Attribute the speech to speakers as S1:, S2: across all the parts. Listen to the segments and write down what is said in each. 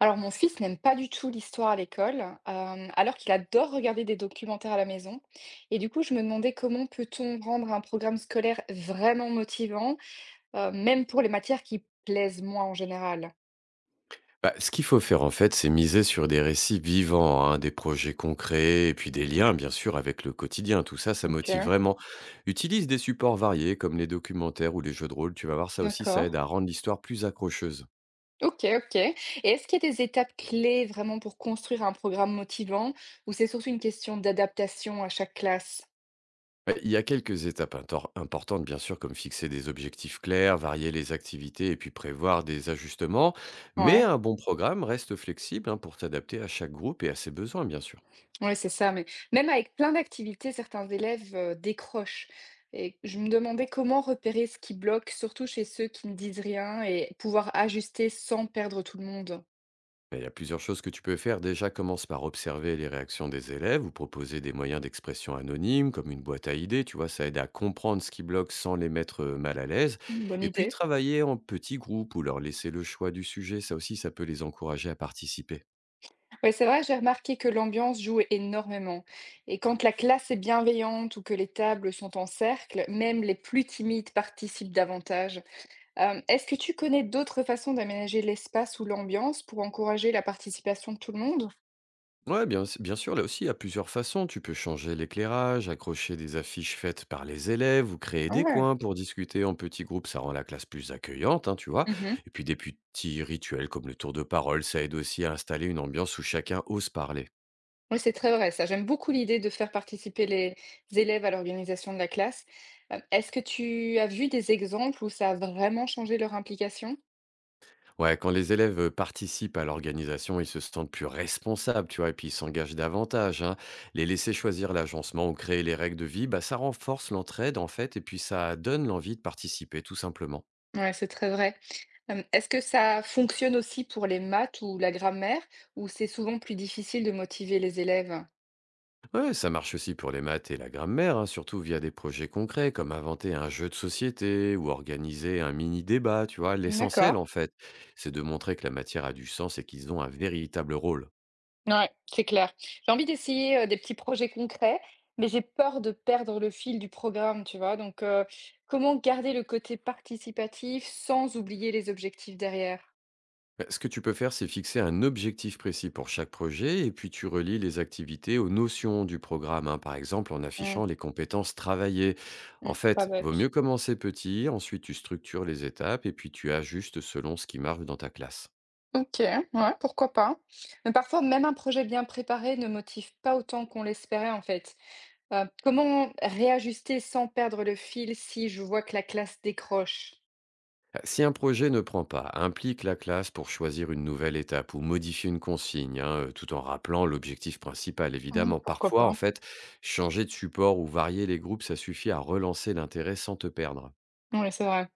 S1: Alors, mon fils n'aime pas du tout l'histoire à l'école, alors qu'il adore regarder des documentaires à la maison. Et du coup, je me demandais comment peut-on rendre un programme scolaire vraiment motivant, même pour les matières qui plaisent moins en général.
S2: Bah, ce qu'il faut faire en fait, c'est miser sur des récits vivants, hein, des projets concrets et puis des liens bien sûr avec le quotidien. Tout ça, ça
S1: Ok,
S2: motive vraiment. Utilise des supports variés comme les documentaires ou les jeux de rôle. Tu vas voir ça aussi, ça aide
S1: d'accord.
S2: à rendre l'histoire plus accrocheuse.
S1: Ok, ok. Et est-ce qu'il y a des étapes clés vraiment pour construire un programme motivant, ou c'est surtout une question d'adaptation à chaque classe?
S2: Ouais, il y a quelques étapes importantes bien sûr comme fixer des objectifs clairs, varier les activités et puis prévoir des ajustements. Mais
S1: Ouais.
S2: un bon programme reste flexible, hein, pour t'adapter à chaque groupe et à ses besoins bien sûr.
S1: Ouais, c'est ça, mais même avec plein d'activités, certains élèves, décrochent et je me demandais comment repérer ce qui bloque, surtout chez ceux qui ne disent rien et pouvoir ajuster sans perdre tout le monde?
S2: Ben, il y a plusieurs choses que tu peux faire. Déjà, commence par observer les réactions des élèves ou proposer des moyens d'expression anonymes, comme une boîte à idées. Tu vois, ça aide à comprendre ce qui bloque sans les mettre, mal à l'aise.
S1: Mmh. Bonne
S2: Et puis,
S1: idée.
S2: travailler en petits groupes ou leur laisser le choix du sujet, ça aussi, ça peut les encourager à participer.
S1: Ouais, c'est vrai, j'ai remarqué que l'ambiance joue énormément et quand la classe est bienveillante ou que les tables sont en cercle, même les plus timides participent davantage. Est-ce que tu connais d'autres façons d'aménager l'espace ou l'ambiance pour encourager la participation de tout le monde?
S2: Ouais, bien, bien sûr, là aussi, il y a plusieurs façons. Tu peux changer l'éclairage, accrocher des affiches faites par les élèves ou créer
S1: Ah
S2: des
S1: ouais.
S2: coins pour discuter en petits groupes. Ça rend la classe plus accueillante, hein, tu vois.
S1: Mmh.
S2: Et puis des petits rituels comme le tour de parole, ça aide aussi à installer une ambiance où chacun ose parler.
S1: Oui, c'est très vrai ça. J'aime beaucoup l'idée de faire participer les élèves à l'organisation de la classe. Est-ce que tu as vu des exemples où ça a vraiment changé leur implication?
S2: Ouais, quand les élèves participent à l'organisation, ils se sentent plus responsables, tu vois, et puis ils s'engagent davantage, hein. Les laisser choisir l'agencement ou créer les règles de vie, bah, ça renforce l'entraide, en fait, et puis ça donne l'envie de participer, tout simplement.
S1: Oui, c'est très vrai. Est-ce que ça fonctionne aussi pour les maths ou la grammaire, où c'est souvent plus difficile de motiver les élèves?
S2: Ouais, ça marche aussi pour les maths et la grammaire, hein, surtout via des projets concrets comme inventer un jeu de société ou organiser un mini-débat, tu vois. L'essentiel,
S1: D'accord.
S2: en fait, c'est de montrer que la matière a du sens et qu'ils ont un véritable rôle.
S1: Ouais, c'est clair. J'ai envie d'essayer, des petits projets concrets, mais j'ai peur de perdre le fil du programme, tu vois? Donc, comment garder le côté participatif sans oublier les objectifs derrière?
S2: Ce que tu peux faire, c'est fixer un objectif précis pour chaque projet et puis tu relis les activités aux notions du programme, hein, par exemple en
S1: Mmh.
S2: affichant les compétences travaillées. En
S1: Mmh, pas
S2: fait, vaut
S1: bête.
S2: mieux commencer petit, ensuite tu structures les étapes et puis tu ajustes selon ce qui marche dans ta classe.
S1: OK, ouais, pourquoi pas. Mais parfois, même un projet bien préparé ne motive pas autant qu'on l'espérait, en fait. Comment réajuster sans perdre le fil si je vois que la classe décroche?
S2: Si un projet ne prend pas, implique la classe pour choisir une nouvelle étape ou modifier une consigne, hein, tout en rappelant l'objectif principal,
S1: Mmh,
S2: évidemment.
S1: pourquoi
S2: Parfois, en
S1: pas?
S2: fait, changer de support ou varier les groupes, ça suffit à relancer l'intérêt sans te perdre.
S1: Oui, c'est vrai.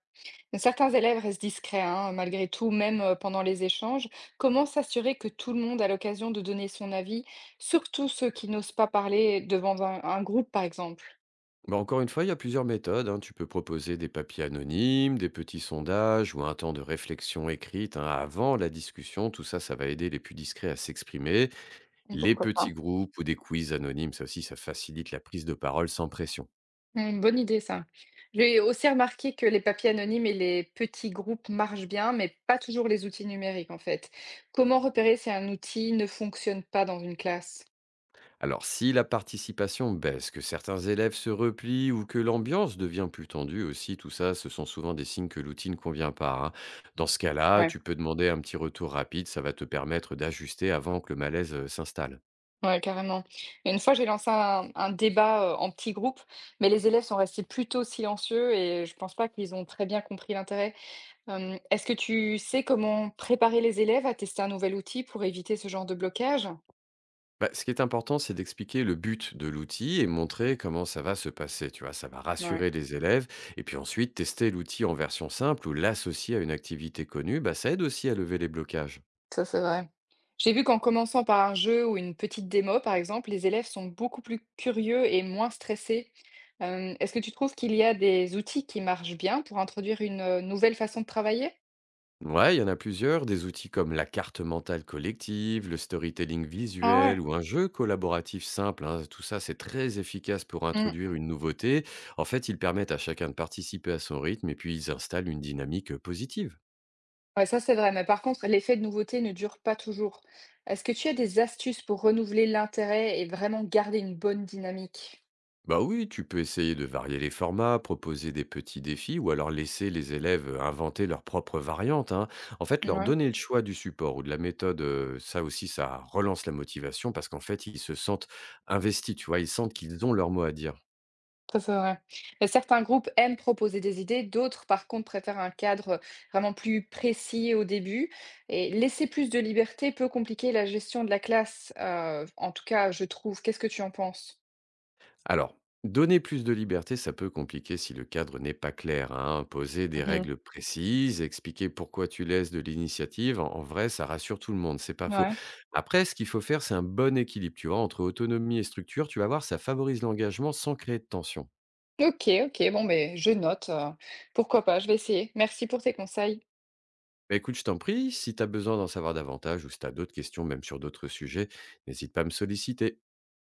S1: Mais certains élèves restent discrets, hein, malgré tout, même, pendant les échanges. Comment s'assurer que tout le monde a l'occasion de donner son avis, surtout ceux qui n'osent pas parler devant un groupe, par exemple?
S2: Bah, encore une fois, il y a plusieurs méthodes, hein. Tu peux proposer des papiers anonymes, des petits sondages ou un temps de réflexion écrite, hein, avant la discussion. Tout ça, ça va aider les plus discrets à s'exprimer.
S1: Mmh,
S2: Les
S1: pourquoi
S2: petits
S1: pas?
S2: groupes ou des quiz anonymes, ça aussi, ça facilite la prise de parole sans pression.
S1: Mmh, une bonne idée ça. J'ai aussi remarqué que les papiers anonymes et les petits groupes marchent bien, mais pas toujours les outils numériques en fait. Comment repérer si un outil ne fonctionne pas dans une classe?
S2: Alors, si la participation baisse, que certains élèves se replient ou que l'ambiance devient plus tendue aussi, tout ça, ce sont souvent des signes que l'outil ne convient pas, hein. Dans ce cas-là,
S1: Ouais,
S2: tu peux demander un petit retour rapide, ça va te permettre d'ajuster avant que le malaise s'installe.
S1: ouais, carrément. Et une fois, j'ai lancé un débat en petit groupe, mais les élèves sont restés plutôt silencieux et je pense pas qu'ils ont très bien compris l'intérêt. Est-ce que tu sais comment préparer les élèves à tester un nouvel outil pour éviter ce genre de blocage?
S2: Bah, ce qui est important, c'est d'expliquer le but de l'outil et montrer comment ça va se passer. Tu vois, ça va
S1: Ouais.
S2: rassurer les élèves. Et puis ensuite, tester l'outil en version simple ou l'associer à une activité connue, bah, ça aide aussi à lever les blocages.
S1: Ça, c'est vrai. J'ai vu qu'en commençant par un jeu ou une petite démo, par exemple, les élèves sont beaucoup plus curieux et moins stressés. Est-ce que tu trouves qu'il y a des outils qui marchent bien pour introduire une nouvelle façon de travailler?
S2: Ouais, il y en a plusieurs, des outils comme la carte mentale collective, le storytelling
S1: Ah ouais.
S2: visuel ou un jeu collaboratif simple, hein. Tout ça, c'est très efficace pour
S1: Mm.
S2: introduire une nouveauté. En fait, ils permettent à chacun de participer à son rythme et puis ils installent une dynamique positive.
S1: Ouais, ça c'est vrai, mais par contre, l'effet de nouveauté ne dure pas toujours. Est-ce que tu as des astuces pour renouveler l'intérêt et vraiment garder une bonne dynamique?
S2: Bah oui, tu peux essayer de varier les formats, proposer des petits défis ou alors laisser les élèves inventer leurs propres variantes, hein. En fait, leur
S1: Ouais.
S2: donner le choix du support ou de la méthode, ça aussi, ça relance la motivation parce qu'en fait, ils se sentent investis, tu vois, ils sentent qu'ils ont leur mot à dire.
S1: Ça, c'est vrai. Certains groupes aiment proposer des idées, d'autres, par contre, préfèrent un cadre, vraiment plus précis au début et laisser plus de liberté peut compliquer la gestion de la classe, en tout cas, je trouve. Qu'est-ce que tu en penses?
S2: Alors, donner plus de liberté, ça peut compliquer si le cadre n'est pas clair, hein. Poser des
S1: Mmh.
S2: règles précises, expliquer pourquoi tu laisses de l'initiative, en vrai, ça rassure tout le monde, c'est pas faux.
S1: Ouais.
S2: Après, ce qu'il faut faire, c'est un bon équilibre, tu vois, entre autonomie et structure. Tu vas voir, ça favorise l'engagement sans créer de tension.
S1: OK, OK, bon, mais je note, pourquoi pas, je vais essayer. Merci pour tes conseils.
S2: Bah, écoute, je t'en prie, si tu as besoin d'en savoir davantage ou si tu as d'autres questions, même sur d'autres sujets, n'hésite pas à me solliciter.